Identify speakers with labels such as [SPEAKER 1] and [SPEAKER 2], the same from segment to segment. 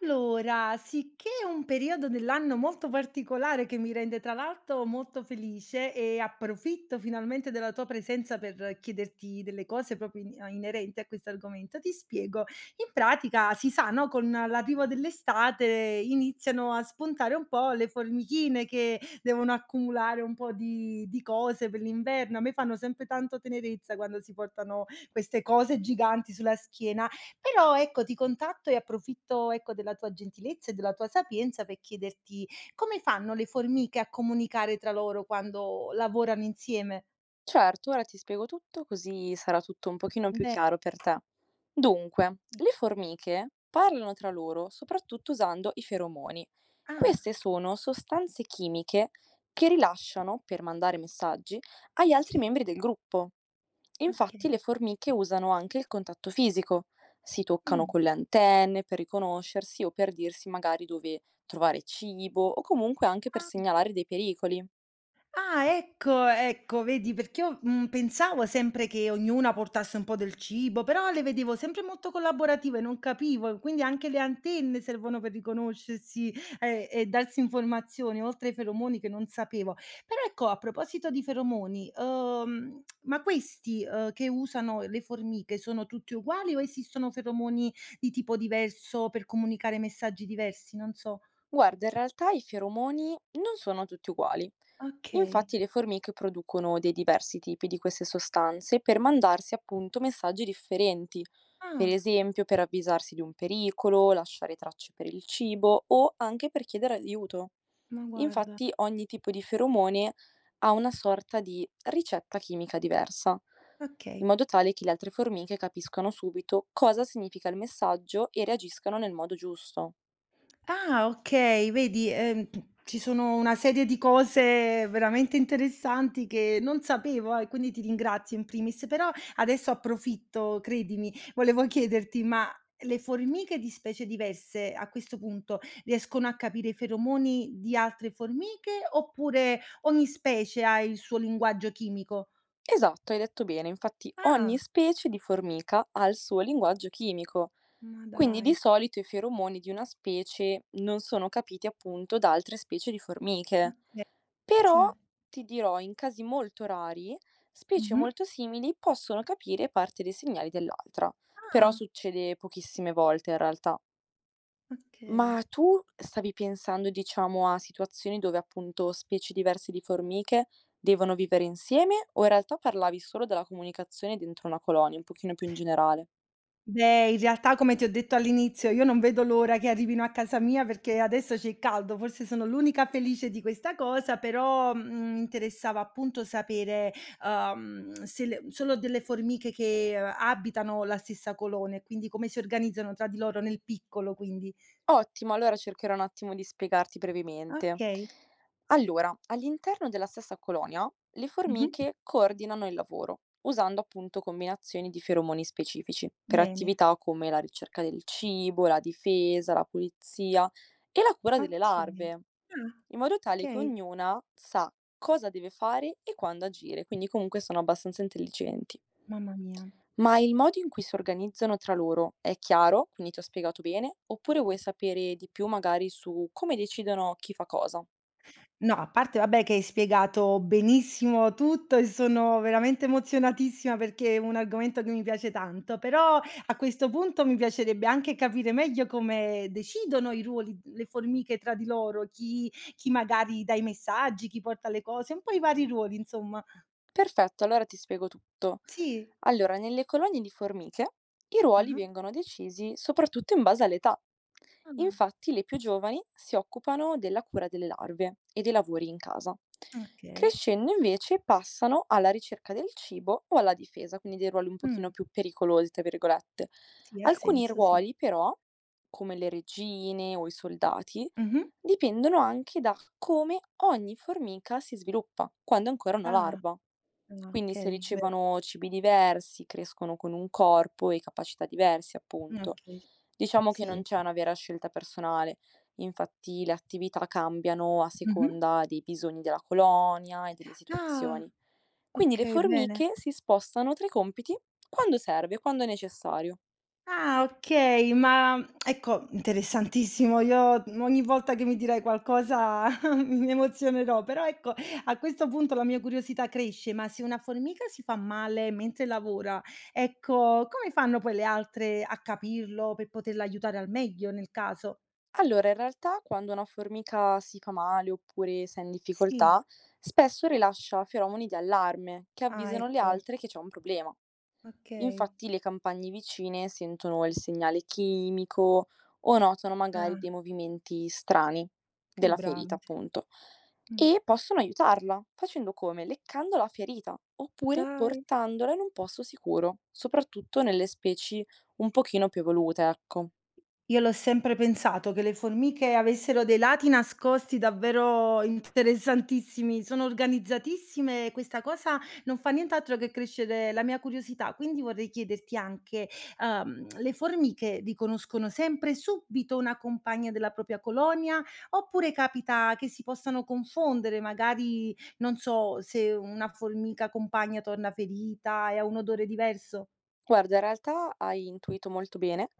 [SPEAKER 1] Allora, sicché è un periodo dell'anno molto particolare che mi rende tra l'altro molto felice e approfitto finalmente della tua presenza per chiederti delle cose proprio inerenti a questo argomento. Ti spiego. In pratica si sa, no, con l'arrivo dell'estate iniziano a spuntare un po' le formichine che devono accumulare un po' di cose per l'inverno. A me fanno sempre tanto tenerezza quando si portano queste cose giganti sulla schiena, però ecco, ti contatto e approfitto, ecco, della tua gentilezza e della tua sapienza per chiederti: come fanno le formiche a comunicare tra loro quando lavorano insieme?
[SPEAKER 2] Certo, ora ti spiego tutto così sarà tutto un pochino più
[SPEAKER 1] Beh,
[SPEAKER 2] chiaro per te. Dunque,
[SPEAKER 1] sì.
[SPEAKER 2] le formiche parlano tra loro soprattutto usando i feromoni.
[SPEAKER 1] Ah,
[SPEAKER 2] Queste
[SPEAKER 1] okay.
[SPEAKER 2] sono sostanze chimiche che rilasciano per mandare messaggi agli altri
[SPEAKER 1] Sì,
[SPEAKER 2] membri del gruppo. Infatti,
[SPEAKER 1] okay.
[SPEAKER 2] le formiche usano anche il contatto fisico. Si toccano
[SPEAKER 1] Mh.
[SPEAKER 2] con le antenne per riconoscersi o per dirsi magari dove trovare cibo o comunque anche per
[SPEAKER 1] Ah.
[SPEAKER 2] segnalare dei pericoli.
[SPEAKER 1] Ah, ecco, ecco, vedi, perché io, pensavo sempre che ognuna portasse un po' del cibo, però le vedevo sempre molto collaborative, non capivo, quindi anche le antenne servono per riconoscersi, e darsi informazioni, oltre ai feromoni che non sapevo. Però ecco, a proposito di feromoni, ma questi, che usano le formiche sono tutti uguali o esistono feromoni di tipo diverso per comunicare messaggi diversi? Non so.
[SPEAKER 2] Guarda, in realtà i feromoni non sono tutti uguali.
[SPEAKER 1] Okay.
[SPEAKER 2] Infatti le formiche producono dei diversi tipi di queste sostanze per mandarsi appunto messaggi differenti, per
[SPEAKER 1] Ah,
[SPEAKER 2] esempio per avvisarsi di un pericolo, lasciare tracce per il cibo o anche per chiedere aiuto.
[SPEAKER 1] ma guarda,
[SPEAKER 2] Infatti ogni tipo di feromone ha una sorta di ricetta chimica diversa, in
[SPEAKER 1] okay.
[SPEAKER 2] modo tale che le altre formiche capiscano subito cosa significa il messaggio e reagiscano nel modo giusto.
[SPEAKER 1] Ah, okay, vedi, ci sono una serie di cose veramente interessanti che non sapevo, quindi ti ringrazio in primis. Però adesso approfitto, credimi. Volevo chiederti, ma le formiche di specie diverse, a questo punto, riescono a capire i feromoni di altre formiche, oppure ogni specie ha il suo linguaggio chimico?
[SPEAKER 2] Esatto, hai detto bene. Infatti ogni
[SPEAKER 1] Ah,
[SPEAKER 2] specie di formica ha il suo linguaggio chimico.
[SPEAKER 1] ma
[SPEAKER 2] Quindi
[SPEAKER 1] dai.
[SPEAKER 2] di solito i feromoni di una specie non sono capiti appunto da altre specie di formiche.
[SPEAKER 1] Okay, sì.
[SPEAKER 2] Però ti dirò, in casi molto rari, specie
[SPEAKER 1] Mh-mh.
[SPEAKER 2] molto simili possono capire parte dei segnali dell'altra. Però
[SPEAKER 1] Ah,
[SPEAKER 2] succede pochissime volte in realtà.
[SPEAKER 1] okay.
[SPEAKER 2] Ma tu stavi pensando, diciamo, a situazioni dove appunto specie diverse di formiche devono vivere insieme o in realtà parlavi solo della comunicazione dentro una colonia, un pochino più in generale?
[SPEAKER 1] Beh, in realtà come ti ho detto all'inizio, io non vedo l'ora che arrivino a casa mia perché adesso c'è il caldo, forse sono l'unica felice di questa cosa, però, mi interessava appunto sapere, se le solo delle formiche che abitano la stessa colonia e quindi come si organizzano tra di loro nel piccolo quindi.
[SPEAKER 2] Ottimo, allora cercherò un attimo di spiegarti brevemente.
[SPEAKER 1] Okay.
[SPEAKER 2] Allora, all'interno della stessa colonia, le
[SPEAKER 1] Mh-mh.
[SPEAKER 2] formiche coordinano il lavoro, usando appunto combinazioni di feromoni specifici per
[SPEAKER 1] Bene.
[SPEAKER 2] attività come la ricerca del cibo, la difesa, la pulizia e la cura delle
[SPEAKER 1] Okay.
[SPEAKER 2] larve,
[SPEAKER 1] Ah,
[SPEAKER 2] in modo tale che
[SPEAKER 1] okay.
[SPEAKER 2] ognuna sa cosa deve fare e quando agire, quindi comunque sono abbastanza intelligenti.
[SPEAKER 1] Mamma mia.
[SPEAKER 2] Ma il modo in cui si organizzano tra loro è chiaro? Quindi ti ho spiegato bene? Oppure vuoi sapere di più magari su come decidono chi fa cosa?
[SPEAKER 1] No, a parte vabbè che hai spiegato benissimo tutto e sono veramente emozionatissima perché è un argomento che mi piace tanto, però a questo punto mi piacerebbe anche capire meglio come decidono i ruoli, le formiche tra di loro, chi magari dà i messaggi, chi porta le cose, un po' i vari ruoli insomma.
[SPEAKER 2] Perfetto, allora ti spiego tutto.
[SPEAKER 1] Sì.
[SPEAKER 2] Allora, nelle colonie di formiche i ruoli
[SPEAKER 1] Ah-ah.
[SPEAKER 2] vengono decisi soprattutto in base all'età.
[SPEAKER 1] Ah.
[SPEAKER 2] Infatti, le più giovani si occupano della cura delle larve e dei lavori in casa.
[SPEAKER 1] Okay.
[SPEAKER 2] Crescendo invece passano alla ricerca del cibo o alla difesa, quindi dei ruoli un pochino
[SPEAKER 1] Mh.
[SPEAKER 2] più pericolosi, tra virgolette.
[SPEAKER 1] Sì, ha
[SPEAKER 2] Alcuni
[SPEAKER 1] senso, sì.
[SPEAKER 2] ruoli però, come le regine o i soldati,
[SPEAKER 1] Mh-mh.
[SPEAKER 2] dipendono anche da come ogni formica si sviluppa, quando è ancora una
[SPEAKER 1] Ah,
[SPEAKER 2] larva.
[SPEAKER 1] ah,
[SPEAKER 2] Quindi se
[SPEAKER 1] okay, beh,
[SPEAKER 2] ricevono cibi diversi, crescono con un corpo e capacità diverse, appunto.
[SPEAKER 1] okay,
[SPEAKER 2] Diciamo che non
[SPEAKER 1] sì.
[SPEAKER 2] c'è una vera scelta personale, infatti le attività cambiano a
[SPEAKER 1] Mh-mh.
[SPEAKER 2] seconda dei bisogni della colonia e delle
[SPEAKER 1] Ah,
[SPEAKER 2] situazioni. Quindi le
[SPEAKER 1] okay, bene.
[SPEAKER 2] formiche si spostano tra i compiti quando serve, quando è necessario.
[SPEAKER 1] Ah, okay, ma ecco, interessantissimo. Io ogni volta che mi dirai qualcosa mi emozionerò, però ecco, a questo punto la mia curiosità cresce, ma se una formica si fa male mentre lavora, ecco, come fanno poi le altre a capirlo per poterla aiutare al meglio nel caso?
[SPEAKER 2] Allora, in realtà quando una formica si fa male oppure se è in
[SPEAKER 1] Sì,
[SPEAKER 2] difficoltà, spesso rilascia feromoni di allarme che
[SPEAKER 1] ah
[SPEAKER 2] avvisano le
[SPEAKER 1] ecco,
[SPEAKER 2] altre che c'è un problema.
[SPEAKER 1] okay.
[SPEAKER 2] Infatti le campagne vicine sentono il segnale chimico o notano magari
[SPEAKER 1] Ah,
[SPEAKER 2] dei movimenti strani
[SPEAKER 1] che
[SPEAKER 2] della ferita,
[SPEAKER 1] bravi.
[SPEAKER 2] appunto,
[SPEAKER 1] Mh.
[SPEAKER 2] e possono aiutarla, facendo come? Leccando la ferita oppure
[SPEAKER 1] Dai.
[SPEAKER 2] portandola in un posto sicuro, soprattutto nelle specie un pochino più evolute, ecco.
[SPEAKER 1] Io l'ho sempre pensato che le formiche avessero dei lati nascosti davvero interessantissimi, sono organizzatissime e questa cosa non fa nient'altro che crescere la mia curiosità. Quindi vorrei chiederti anche, le formiche riconoscono sempre subito una compagna della propria colonia oppure capita che si possano confondere, magari non so se una formica compagna torna ferita e ha un odore diverso?
[SPEAKER 2] Guarda, in realtà hai intuito molto bene.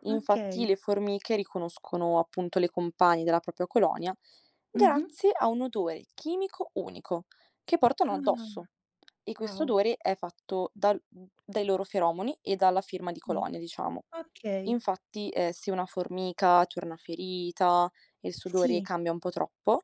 [SPEAKER 2] Infatti
[SPEAKER 1] Okay.
[SPEAKER 2] le formiche riconoscono appunto le compagne della propria colonia
[SPEAKER 1] Mh-mh.
[SPEAKER 2] grazie a un odore chimico unico che portano
[SPEAKER 1] Ah,
[SPEAKER 2] addosso. E questo
[SPEAKER 1] wow.
[SPEAKER 2] odore è fatto dai loro feromoni e dalla firma di
[SPEAKER 1] Sì.
[SPEAKER 2] colonia, diciamo.
[SPEAKER 1] Okay.
[SPEAKER 2] Infatti, se una formica torna ferita e il sudore
[SPEAKER 1] Sì.
[SPEAKER 2] cambia un po' troppo,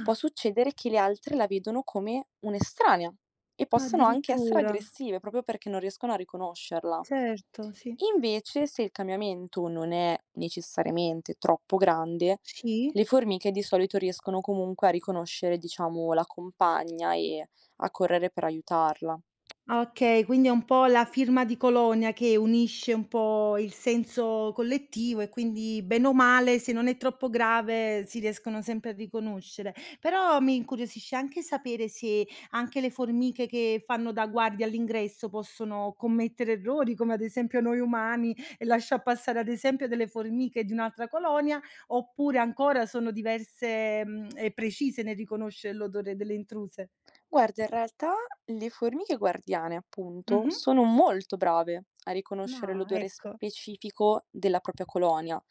[SPEAKER 2] può succedere che le altre la vedono come un'estranea e possono anche essere
[SPEAKER 1] addirittura.
[SPEAKER 2] aggressive proprio perché non riescono a riconoscerla.
[SPEAKER 1] Certo, sì.
[SPEAKER 2] Invece, se il cambiamento non è necessariamente troppo grande,
[SPEAKER 1] Sì?
[SPEAKER 2] le formiche di solito riescono comunque a riconoscere, diciamo, la compagna e a correre per aiutarla.
[SPEAKER 1] Okay, quindi è un po' la firma di colonia che unisce un po' il senso collettivo e quindi bene o male, se non è troppo grave, si riescono sempre a riconoscere. Però mi incuriosisce anche sapere se anche le formiche che fanno da guardia all'ingresso possono commettere errori, come ad esempio noi umani, e lasciar passare ad esempio delle formiche di un'altra colonia, oppure ancora sono diverse, e precise nel riconoscere l'odore delle intruse.
[SPEAKER 2] Guarda, in realtà le formiche guardiane, appunto,
[SPEAKER 1] Mh-mh.
[SPEAKER 2] sono molto brave a riconoscere
[SPEAKER 1] No,
[SPEAKER 2] l'odore
[SPEAKER 1] ecco.
[SPEAKER 2] specifico della propria colonia.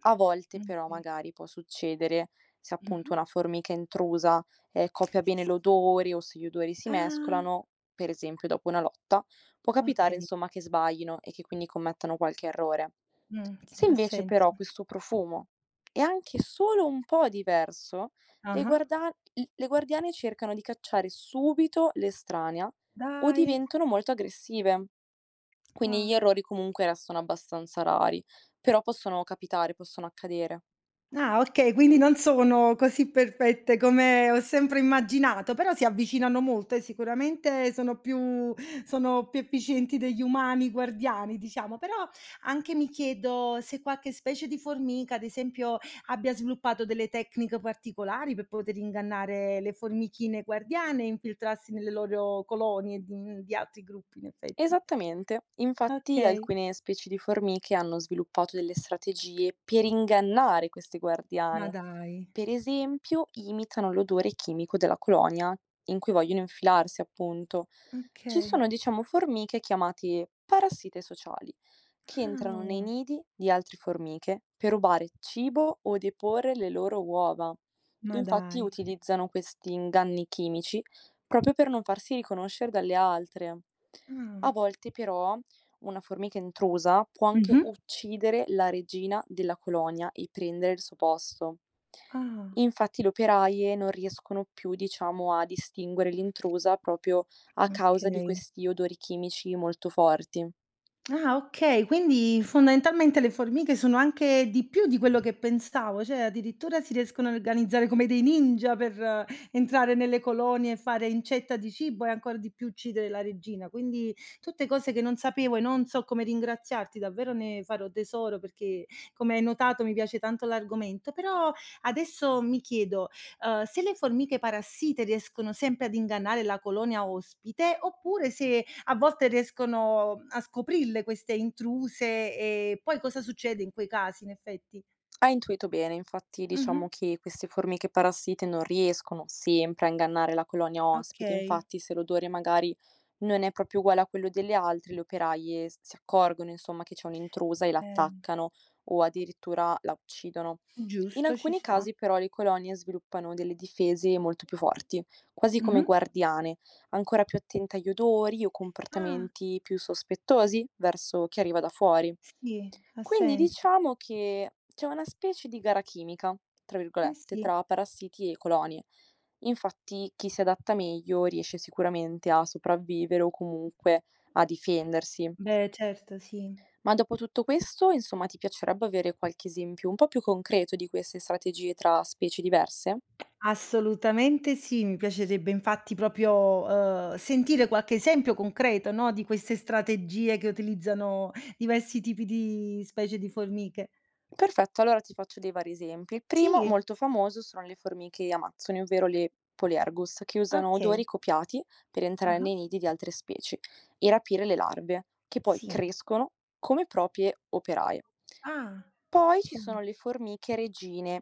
[SPEAKER 2] A volte
[SPEAKER 1] Mh,
[SPEAKER 2] però
[SPEAKER 1] okay.
[SPEAKER 2] magari può succedere se appunto
[SPEAKER 1] Mh-mh.
[SPEAKER 2] una formica intrusa copia bene
[SPEAKER 1] S
[SPEAKER 2] l'odore o se gli odori si
[SPEAKER 1] Ah,
[SPEAKER 2] mescolano, per esempio dopo una lotta, può capitare
[SPEAKER 1] okay.
[SPEAKER 2] insomma che sbaglino e che quindi commettano qualche errore.
[SPEAKER 1] S
[SPEAKER 2] Se
[SPEAKER 1] ha
[SPEAKER 2] invece
[SPEAKER 1] senso.
[SPEAKER 2] però questo profumo è anche solo un po' diverso, le
[SPEAKER 1] Ah-ah.
[SPEAKER 2] guarda- le guardiane cercano di cacciare subito l'estranea o
[SPEAKER 1] Dai,
[SPEAKER 2] diventano molto aggressive. Quindi gli
[SPEAKER 1] ah.
[SPEAKER 2] errori comunque restano abbastanza rari, però possono capitare, possono accadere.
[SPEAKER 1] Ah, okay, quindi non sono così perfette come ho sempre immaginato, però si avvicinano molto e sicuramente sono più efficienti degli umani guardiani, diciamo. Però anche mi chiedo se qualche specie di formica, ad esempio, abbia sviluppato delle tecniche particolari per poter ingannare le formichine guardiane e infiltrarsi nelle loro colonie di altri gruppi in effetti.
[SPEAKER 2] Esattamente, infatti
[SPEAKER 1] Okay.
[SPEAKER 2] alcune specie di formiche hanno sviluppato delle strategie per ingannare queste
[SPEAKER 1] Ma
[SPEAKER 2] guardiane.
[SPEAKER 1] dai.
[SPEAKER 2] Per esempio, imitano l'odore chimico della colonia in cui vogliono infilarsi, appunto. Ci
[SPEAKER 1] Okay.
[SPEAKER 2] sono, diciamo, formiche chiamate parassite sociali, che entrano nei
[SPEAKER 1] Ah,
[SPEAKER 2] nidi di altre formiche per rubare cibo o deporre le loro uova.
[SPEAKER 1] ma
[SPEAKER 2] Infatti
[SPEAKER 1] dai.
[SPEAKER 2] utilizzano questi inganni chimici proprio per non farsi riconoscere dalle altre. A
[SPEAKER 1] Ah.
[SPEAKER 2] volte però una formica intrusa può anche
[SPEAKER 1] Mh-mh.
[SPEAKER 2] uccidere la regina della colonia e prendere il suo posto.
[SPEAKER 1] Ah.
[SPEAKER 2] Infatti le operaie non riescono più, diciamo, a distinguere l'intrusa proprio a causa di
[SPEAKER 1] Okay.
[SPEAKER 2] questi odori chimici molto forti.
[SPEAKER 1] Ah, okay, quindi fondamentalmente le formiche sono anche di più di quello che pensavo, cioè addirittura si riescono a organizzare come dei ninja per entrare nelle colonie e fare incetta di cibo e ancora di più uccidere la regina. Quindi tutte cose che non sapevo e non so come ringraziarti, davvero ne farò tesoro perché come hai notato mi piace tanto l'argomento. Però adesso mi chiedo, se le formiche parassite riescono sempre ad ingannare la colonia ospite oppure se a volte riescono a scoprirle queste intruse e poi cosa succede in quei casi in effetti.
[SPEAKER 2] Hai intuito bene, infatti
[SPEAKER 1] Mh-mh.
[SPEAKER 2] diciamo che queste formiche parassite non riescono sempre a ingannare la colonia ospite,
[SPEAKER 1] Okay,
[SPEAKER 2] infatti se l'odore magari non è proprio uguale a quello delle altre, le operaie si accorgono insomma che c'è un'intrusa e
[SPEAKER 1] ehm,
[SPEAKER 2] l'attaccano o addirittura la uccidono. In
[SPEAKER 1] giusto, ci
[SPEAKER 2] alcuni
[SPEAKER 1] sta.
[SPEAKER 2] casi però le colonie sviluppano delle difese molto più forti, quasi come
[SPEAKER 1] Mh-mh.
[SPEAKER 2] guardiane, ancora più attente agli odori o
[SPEAKER 1] Ah.
[SPEAKER 2] comportamenti più sospettosi verso chi arriva da fuori.
[SPEAKER 1] Sì, ha
[SPEAKER 2] Quindi
[SPEAKER 1] senso.
[SPEAKER 2] diciamo che c'è una specie di "gara chimica", tra
[SPEAKER 1] Eh
[SPEAKER 2] virgolette,
[SPEAKER 1] sì.
[SPEAKER 2] tra parassiti e colonie. Infatti chi si adatta meglio riesce sicuramente a sopravvivere o comunque a difendersi.
[SPEAKER 1] Beh, certo, sì.
[SPEAKER 2] Ma dopo tutto questo, insomma, ti piacerebbe avere qualche esempio un po' più concreto di queste strategie tra specie diverse?
[SPEAKER 1] Assolutamente sì, mi piacerebbe infatti proprio, sentire qualche esempio concreto, no, di queste strategie che utilizzano diversi tipi di specie di formiche.
[SPEAKER 2] Perfetto, allora ti faccio dei vari esempi. Il primo,
[SPEAKER 1] Sì,
[SPEAKER 2] molto famoso, sono le formiche amazzoni, ovvero le Polergus, che usano
[SPEAKER 1] okay.
[SPEAKER 2] odori copiati per entrare
[SPEAKER 1] Ah-ah,
[SPEAKER 2] nei nidi di altre specie e rapire le larve, che poi
[SPEAKER 1] sì.
[SPEAKER 2] crescono come proprie operaie.
[SPEAKER 1] Ah.
[SPEAKER 2] Poi ci
[SPEAKER 1] Okay.
[SPEAKER 2] sono le formiche regine,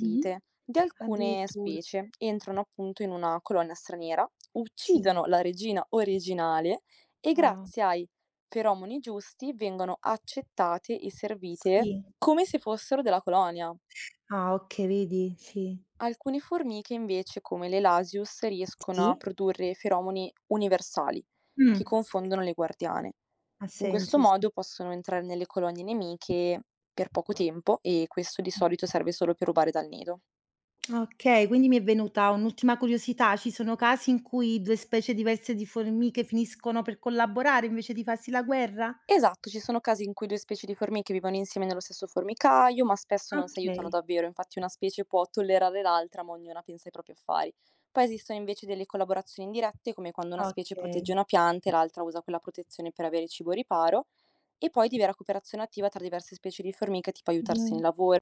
[SPEAKER 1] Mh-mh.
[SPEAKER 2] di alcune
[SPEAKER 1] Addirittura.
[SPEAKER 2] specie. Entrano appunto in una colonia straniera,
[SPEAKER 1] Sì.
[SPEAKER 2] uccidono la regina originale e
[SPEAKER 1] Wow.
[SPEAKER 2] grazie ai feromoni giusti vengono accettate e servite
[SPEAKER 1] Sì.
[SPEAKER 2] come se fossero della colonia.
[SPEAKER 1] Ah, okay, vedi? Sì.
[SPEAKER 2] Alcune formiche invece, come le Lasius, riescono a
[SPEAKER 1] Sì.
[SPEAKER 2] produrre feromoni universali
[SPEAKER 1] Mh.
[SPEAKER 2] che confondono le guardiane.
[SPEAKER 1] Ha
[SPEAKER 2] In questo
[SPEAKER 1] senso, sì,
[SPEAKER 2] modo possono entrare nelle colonie nemiche per poco tempo e questo di
[SPEAKER 1] sì.
[SPEAKER 2] solito serve solo per rubare dal nido.
[SPEAKER 1] Okay, quindi mi è venuta un'ultima curiosità. Ci sono casi in cui 2 specie diverse di formiche finiscono per collaborare invece di farsi la guerra?
[SPEAKER 2] Esatto, ci sono casi in cui due specie di formiche vivono insieme nello stesso formicaio, ma spesso non si aiutano
[SPEAKER 1] Okay,
[SPEAKER 2] davvero, infatti una specie può tollerare l'altra, ma ognuna pensa ai propri affari. Poi esistono invece delle collaborazioni indirette, come quando una specie
[SPEAKER 1] okay.
[SPEAKER 2] protegge una pianta e l'altra usa quella protezione per avere cibo riparo, e poi di vera cooperazione attiva tra diverse specie di formiche, tipo aiutarsi
[SPEAKER 1] Mh.
[SPEAKER 2] nel lavoro.